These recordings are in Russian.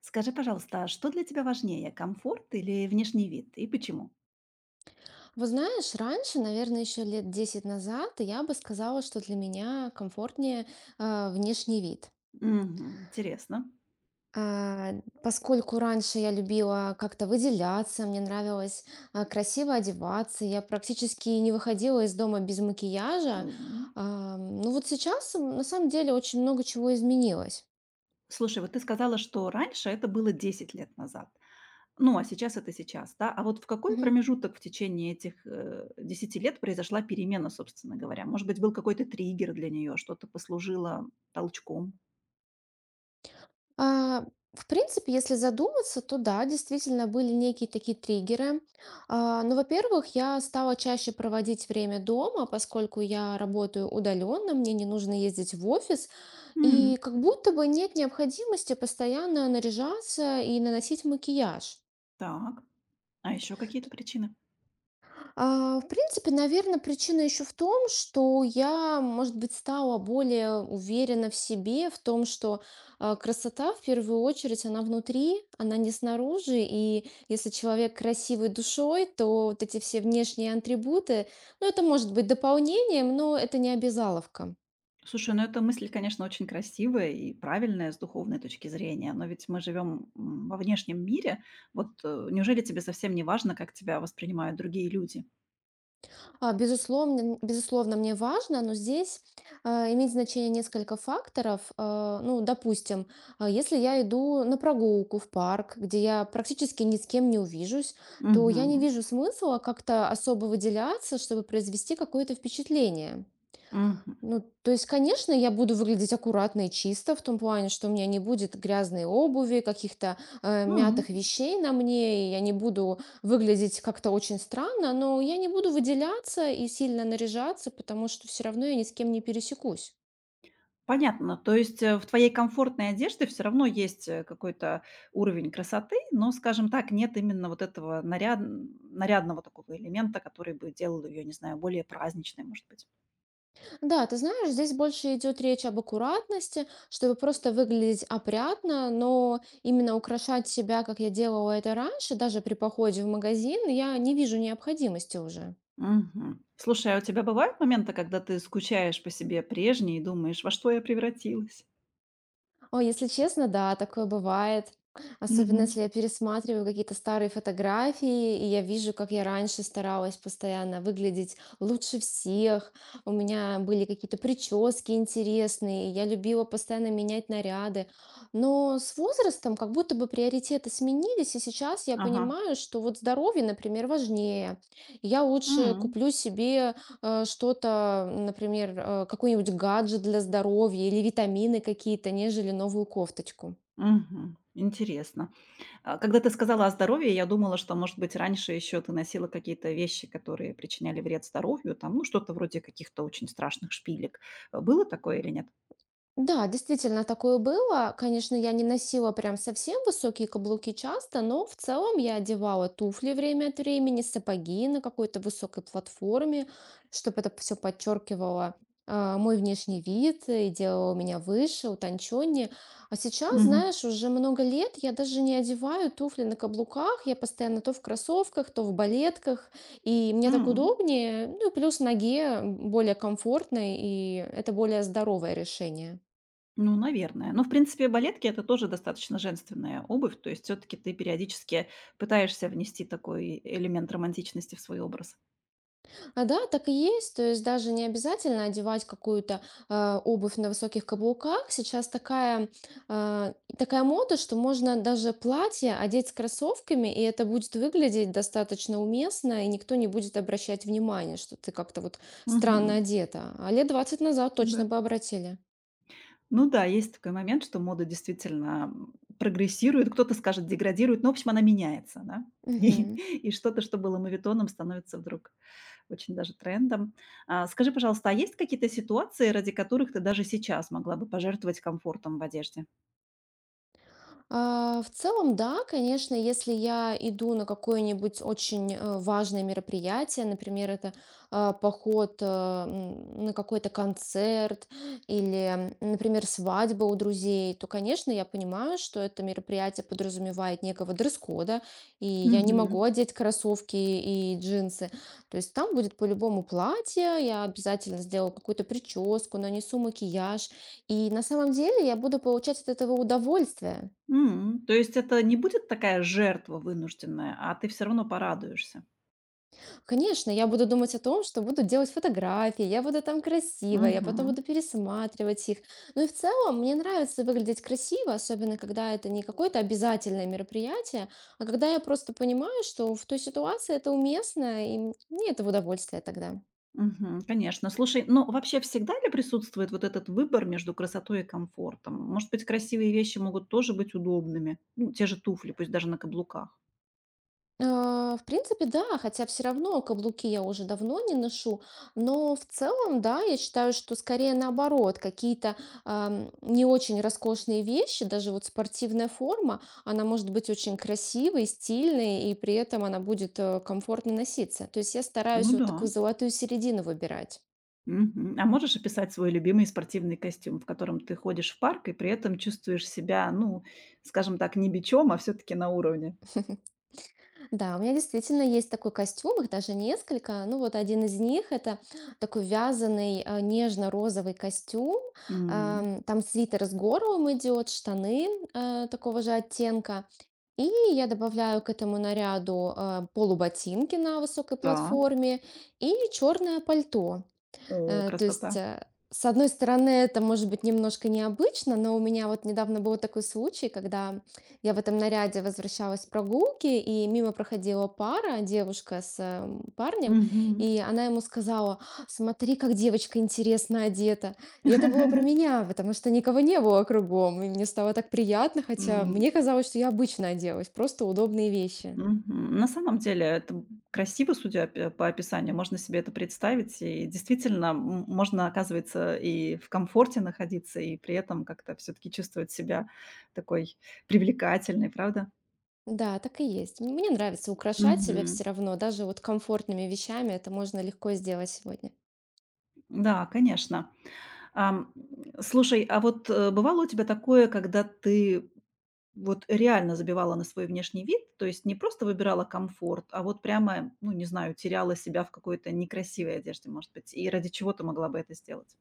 Скажи, пожалуйста, а что для тебя важнее, комфорт или внешний вид, и почему? Вот знаешь, раньше, наверное, еще лет 10 назад, я бы сказала, что для меня комфортнее внешний вид. Мгм. Интересно. А, Поскольку раньше я любила как-то выделяться, мне нравилось красиво одеваться, я практически не выходила из дома без макияжа. М. Ну вот сейчас на самом деле очень много чего изменилось. Слушай, вот ты сказала, что раньше это было 10 лет назад. Ну, а сейчас это сейчас, да? А вот в какой промежуток в течение этих 10 лет произошла перемена, собственно говоря? Может быть, был какой-то триггер для нее, что-то послужило толчком? А, В принципе, если задуматься, то да, действительно были некие такие триггеры. Ну, во-первых, я стала чаще проводить время дома, поскольку я работаю удаленно, мне не нужно ездить в офис, М. и как будто бы нет необходимости постоянно наряжаться и наносить макияж. Так. А еще какие-то причины? В принципе, наверное, причина еще в том, что я, может быть, стала более уверена в себе, в том, что красота в первую очередь она внутри, она не снаружи. И если человек красивый душой, то вот эти все внешние атрибуты, ну, это может быть дополнением, но это не обязаловка. Слушай, ну эта мысль, конечно, очень красивая и правильная с духовной точки зрения, но ведь мы живем во внешнем мире. Вот неужели тебе совсем не важно, как тебя воспринимают другие люди? Безусловно, безусловно, мне важно, но здесь имеет значение несколько факторов. Ну, допустим, если я иду на прогулку в парк, где я практически ни с кем не увижусь, то я не Мгм. вижу смысла как-то особо выделяться, чтобы произвести какое-то впечатление. Мгм. Ну, то есть, конечно, я буду выглядеть аккуратно и чисто в том плане, что у меня не будет грязной обуви, каких-то М. мятых вещей на мне, и я не буду выглядеть как-то очень странно, но я не буду выделяться и сильно наряжаться, потому что все равно я ни с кем не пересекусь. Понятно. То есть в твоей комфортной одежде все равно есть какой-то уровень красоты, но, скажем так, нет именно вот этого нарядного такого элемента, который бы делал ее, не знаю, более праздничной, может быть. Да, ты знаешь, здесь больше идет речь об аккуратности, чтобы просто выглядеть опрятно, но именно украшать себя, как я делала это раньше, даже при походе в магазин, я не вижу необходимости уже. Мгм. Слушай, а у тебя бывают моменты, когда ты скучаешь по себе прежней и думаешь: "Во что я превратилась?" О, если честно, да, такое бывает. Особенно, Мгм. если я пересматриваю какие-то старые фотографии, и я вижу, как я раньше старалась постоянно выглядеть лучше всех. У меня были какие-то прически интересные, я любила постоянно менять наряды. Но с возрастом как будто бы приоритеты сменились, и сейчас я Ага. понимаю, что вот здоровье, например, важнее. Я лучше М. куплю себе что-то, например, какой-нибудь гаджет для здоровья или витамины какие-то, нежели новую кофточку. Мгм. Интересно. А когда ты сказала о здоровье, я думала, что, может быть, раньше еще ты носила какие-то вещи, которые причиняли вред здоровью, там, ну, что-то вроде каких-то очень страшных шпилек. Было такое или нет? Да, действительно, такое было. Конечно, я не носила прям совсем высокие каблуки часто, но в целом я одевала туфли время от времени, сапоги на какой-то высокой платформе, чтобы это все подчеркивало мой внешний вид и делало меня выше, утонченнее. А сейчас, Мгм. знаешь, уже много лет я даже не одеваю туфли на каблуках, я постоянно то в кроссовках, то в балетках, и мне так М. удобнее, ну и плюс ноге более комфортно, и это более здоровое решение. Ну, наверное. Но, в принципе, балетки - это тоже достаточно женственная обувь. То есть все таки ты периодически пытаешься внести такой элемент романтичности в свой образ. А да, так и есть. То есть даже не обязательно одевать какую-то обувь на высоких каблуках. Сейчас такая мода, что можно даже платье одеть с кроссовками, и это будет выглядеть достаточно уместно, и никто не будет обращать внимания, что ты как-то вот странно Мгм. одета. А лет 20 назад точно Да. бы обратили. Ну да, есть такой момент, что мода действительно, прогрессирует, кто-то скажет, деградирует. Но, в общем, она меняется, да. Мгм. И и что-то, что было моветоном, становится вдруг очень даже трендом. А, скажи, пожалуйста, а есть какие-то ситуации, ради которых ты даже сейчас могла бы пожертвовать комфортом в одежде? В целом, да, конечно, если я иду на какое-нибудь очень важное мероприятие, например, это поход на какой-то концерт или, например, свадьба у друзей, то, конечно, я понимаю, что это мероприятие подразумевает некого дресс-кода, и я не могу Мгм. одеть кроссовки и джинсы. То есть там будет по-любому платье, я обязательно сделаю какую-то прическу, нанесу макияж, и на самом деле я буду получать от этого удовольствие. М, то есть это не будет такая жертва вынужденная, а ты все равно порадуешься. Конечно, я буду думать о том, что буду делать фотографии, я буду там красиво, я потом Мгм. буду пересматривать их. Ну и в целом мне нравится выглядеть красиво, особенно когда это не какое-то обязательное мероприятие, а когда я просто понимаю, что в той ситуации это уместно, и мне это в удовольствие тогда. Мгм. Конечно. Слушай, ну вообще всегда ли присутствует вот этот выбор между красотой и комфортом? Может быть, красивые вещи могут тоже быть удобными? Ну, те же туфли, пусть даже на каблуках. В принципе, да, хотя все равно каблуки я уже давно не ношу, но в целом, да, я считаю, что скорее наоборот, какие-то, не очень роскошные вещи, даже вот спортивная форма, она может быть очень красивой, стильной, и при этом она будет, комфортно носиться. То есть я Ну стараюсь вот да. такую золотую середину выбирать. Мгм. А можешь описать свой любимый спортивный костюм, в котором ты ходишь в парк и при этом чувствуешь себя, ну, скажем так, не бичом, а все таки на уровне? Да, у меня действительно есть такой костюм, их даже несколько. Ну вот один из них это такой вязаный нежно-розовый костюм. М, Там свитер с горлом идет, штаны такого же оттенка. И я добавляю к этому наряду полуботинки на высокой да. платформе и черное пальто. О, То есть, красота. э, с одной стороны, это может быть немножко необычно, но у меня вот недавно был такой случай, когда я в этом наряде возвращалась с прогулки, и мимо проходила пара, девушка с парнем, Мгм. и она ему сказала: «А, смотри, как девочка интересно одета». И это было про меня, потому что никого не было кругом, и мне стало так приятно, хотя М, мне казалось, что я обычно оделась, просто удобные вещи. мгм. На самом деле это б красиво, судя пе по описанию. Можно себе это представить. И действительно, можно, оказывается, и в комфорте находиться, и при этом как-то все таки чувствовать себя такой привлекательной, правда? Да, так и есть. Мне нравится украшать себя Мгм. все равно, даже вот комфортными вещами это можно легко сделать сегодня. Да, конечно. Ам, слушай, а вот, бывало у тебя такое, когда ты вот реально забивала на свой внешний вид, то есть не просто выбирала комфорт, а вот прямо, ну, не знаю, теряла себя в какой-то некрасивой одежде, может быть, и ради чего ты могла бы это сделать?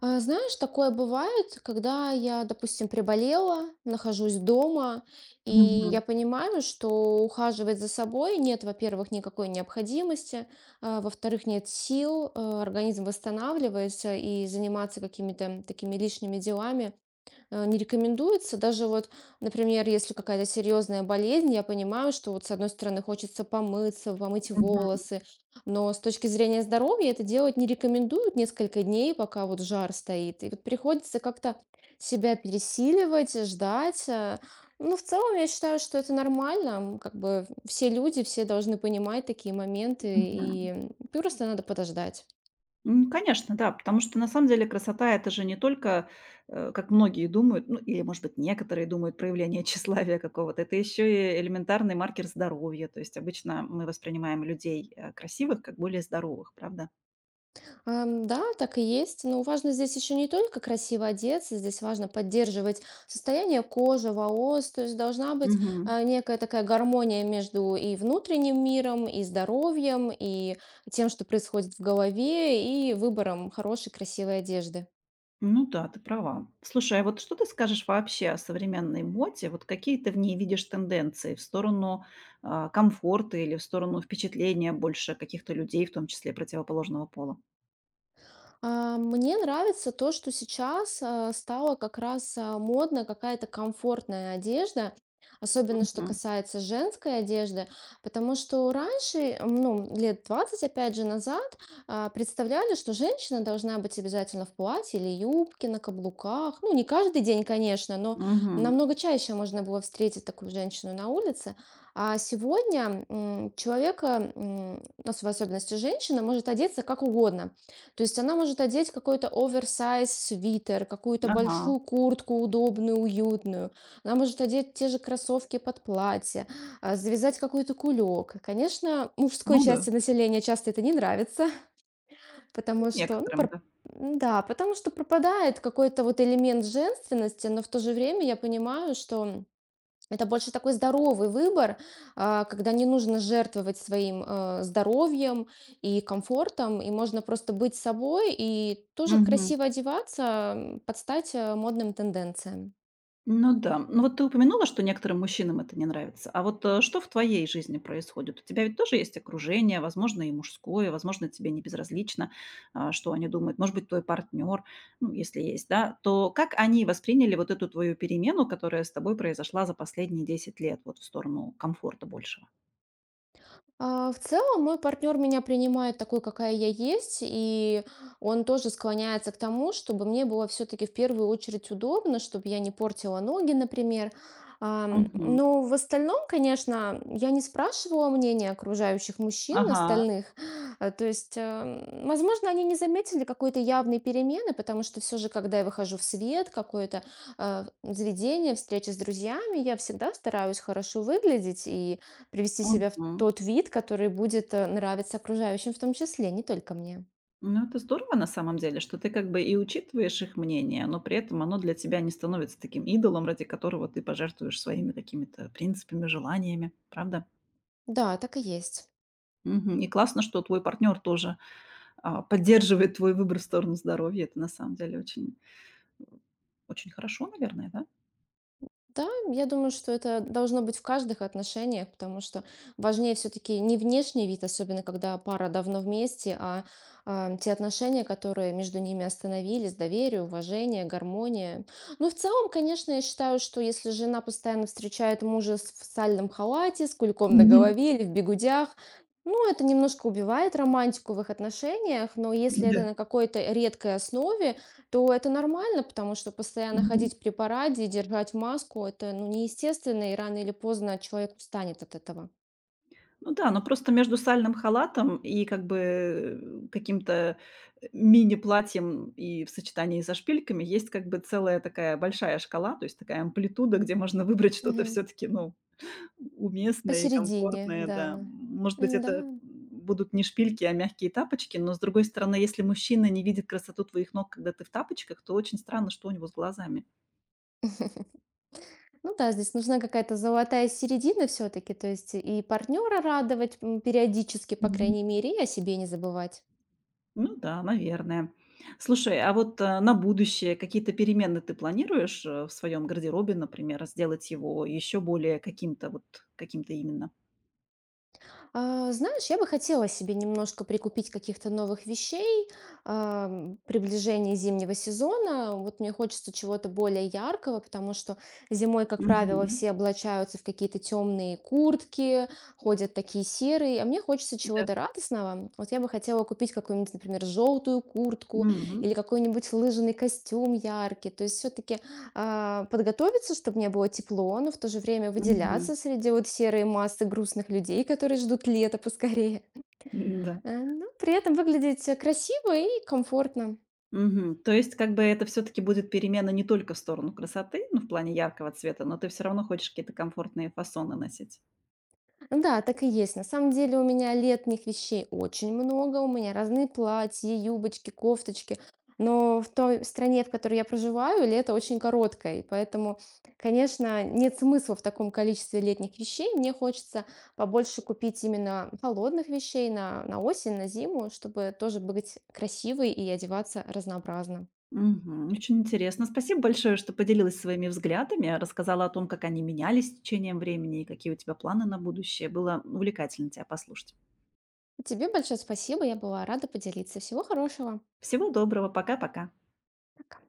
Знаешь, такое бывает, когда я, допустим, приболела, нахожусь дома, и Мгм, я понимаю, что ухаживать за собой нет, во-первых, никакой необходимости, а, во-вторых, нет сил, а организм восстанавливается, и заниматься какими-то такими лишними делами не рекомендуется. Даже вот, например, если какая-то серьезная болезнь, я понимаю, что вот с одной стороны хочется помыться, помыть мгм, волосы, но с точки зрения здоровья это делать не рекомендуют несколько дней, пока вот жар стоит. И вот приходится как-то себя пересиливать, ждать. Ну, в целом, я считаю, что это нормально. Как бы все люди, все должны понимать такие моменты, и мгм. Просто надо подождать. М, конечно, да, потому что на самом деле красота - это же не только, как многие думают, ну, или, может быть, некоторые думают, проявление тщеславия какого-то. Это еще и элементарный маркер здоровья. То есть обычно мы воспринимаем людей, красивых как более здоровых, правда? Да, так и есть. Но важно здесь еще не только красиво одеться, здесь важно поддерживать состояние кожи, волос. То есть должна быть Мгм. Некая такая гармония между и внутренним миром, и здоровьем, и тем, что происходит в голове, и выбором хорошей, красивой одежды. Ну да, ты права. Слушай, а вот что ты скажешь вообще о современной моде? Вот какие ты в ней видишь тенденции в сторону, а, комфорта или в сторону впечатления больше каких-то людей, в том числе противоположного пола? Мне нравится то, что сейчас стало как раз модно какая-то комфортная одежда, особенно что Мгм. касается женской одежды, потому что раньше, ну, лет 20 опять же, назад представляли, что женщина должна быть обязательно в платье или юбке, на каблуках. Ну, не каждый день, конечно, но Мгм. намного чаще можно было встретить такую женщину на улице. А сегодня человека, ну, в особенности женщина, может одеться как угодно. То есть она может одеть какой-то оверсайз свитер, какую-то Ага. большую куртку удобную, уютную. Она может одеть те же кроссовки под платье, а завязать какой-то кулек. Конечно, мужской Ну да, части населения часто это не нравится, потому что, ну, некоторым, да. да, потому что пропадает какой-то вот элемент женственности, но в то же время я понимаю, что это больше такой здоровый выбор, а, когда не нужно жертвовать своим здоровьем и комфортом, и можно просто быть собой и тоже красиво одеваться под стать модным тенденциям. Ну да. Ну вот ты упомянула, что некоторым мужчинам это не нравится. А вот, что в твоей жизни происходит? У тебя ведь тоже есть окружение, возможно, и мужское, возможно, тебе не безразлично, а, что они думают. Может быть, твой партнер, ну, если есть, да. То как они восприняли вот эту твою перемену, которая с тобой произошла за последние 10 лет, вот в сторону комфорта большего? В целом, мой партнер меня принимает такой, какая я есть, и он тоже склоняется к тому, чтобы мне было все-таки в первую очередь удобно, чтобы я не портила ноги, например. Ам, Мгм. Но в остальном, конечно, я не спрашивала мнения окружающих мужчин, Ага. остальных. То есть, возможно, они не заметили какой-то явной перемены, потому что все же, когда я выхожу в свет, какое-то заведение, встречи с друзьями, я всегда стараюсь хорошо выглядеть и привести себя в Мгм. тот вид, который будет нравиться окружающим в том числе, не только мне. Ну, это здорово на самом деле, что ты как бы и учитываешь их мнение, но при этом оно для тебя не становится таким идолом, ради которого ты пожертвуешь своими какими-то принципами, желаниями, правда? Да, так и есть. Мгм. И классно, что твой партнер тоже а, поддерживает твой выбор в сторону здоровья. Это на самом деле очень, очень хорошо, наверное, да? Да, я думаю, что это должно быть в каждых отношениях, потому что важнее все-таки не внешний вид, особенно когда пара давно вместе, а те отношения, которые между ними остановились, доверие, уважение, гармония. Ну, в целом, конечно, я считаю, что если жена постоянно встречает мужа в сальном халате, с кульком на Мгм. голове или в бегудях, ну, это немножко убивает романтику в их отношениях, но если это Да. на какой-то редкой основе, то это нормально, потому что постоянно Мгм. ходить при параде и держать маску — это, ну, неестественно, и рано или поздно человек устанет от этого. Ну да, но просто между сальным халатом и как бы, каким-то, мини-платьем и в сочетании со шпильками есть как бы целая такая большая шкала, то есть такая амплитуда, где можно выбрать что-то Мгм. все таки ну, уместное и Посередине, комфортное, да. да. Может быть, это М-да. будут не шпильки, а мягкие тапочки, но, с другой стороны, если мужчина не видит красоту твоих ног, когда ты в тапочках, то очень странно, что у него с глазами. Ну да, здесь нужна какая-то золотая середина все таки, то есть и партнера радовать, периодически, по крайней мере, и о себе не забывать. Ну да, наверное. Слушай, а вот, на будущее какие-то перемены ты планируешь, в своем гардеробе, например, сделать его еще более каким-то вот, каким-то именно? Знаешь, я бы хотела себе немножко прикупить каких-то новых вещей, приближение зимнего сезона. Вот мне хочется чего-то более яркого, потому что зимой, как правило, Мгм. все облачаются в какие-то темные куртки, ходят такие серые, а мне хочется Да. чего-то радостного. Вот я бы хотела купить какую-нибудь, например, желтую куртку Мгм. или какой-нибудь лыжный костюм яркий. То есть все-таки подготовиться, чтобы мне было тепло, но в то же время Мгм. выделяться среди вот серой массы грустных людей, которые ждут лета поскорее. Да. Но при этом выглядеть красиво и комфортно. Мгм. То есть как бы это все таки будет перемена не только в сторону красоты, ну, в плане яркого цвета, но ты все равно хочешь какие-то комфортные фасоны носить? Ну да, так и есть. На самом деле у меня летних вещей очень много. У меня разные платья, юбочки, кофточки. Но в той стране, в которой я проживаю, лето очень короткое. И поэтому, конечно, нет смысла в таком количестве летних вещей. Мне хочется побольше купить именно холодных вещей на осень, на зиму, чтобы тоже быть красивой и одеваться разнообразно. Мгм. Очень интересно. Спасибо большое, что поделилась своими взглядами, рассказала о том, как они менялись с течением времени и какие у тебя планы на будущее. Было увлекательно тебя послушать. Тебе большое спасибо. Я была рада поделиться. Всего хорошего. Всего доброго. Пока-пока. Пока.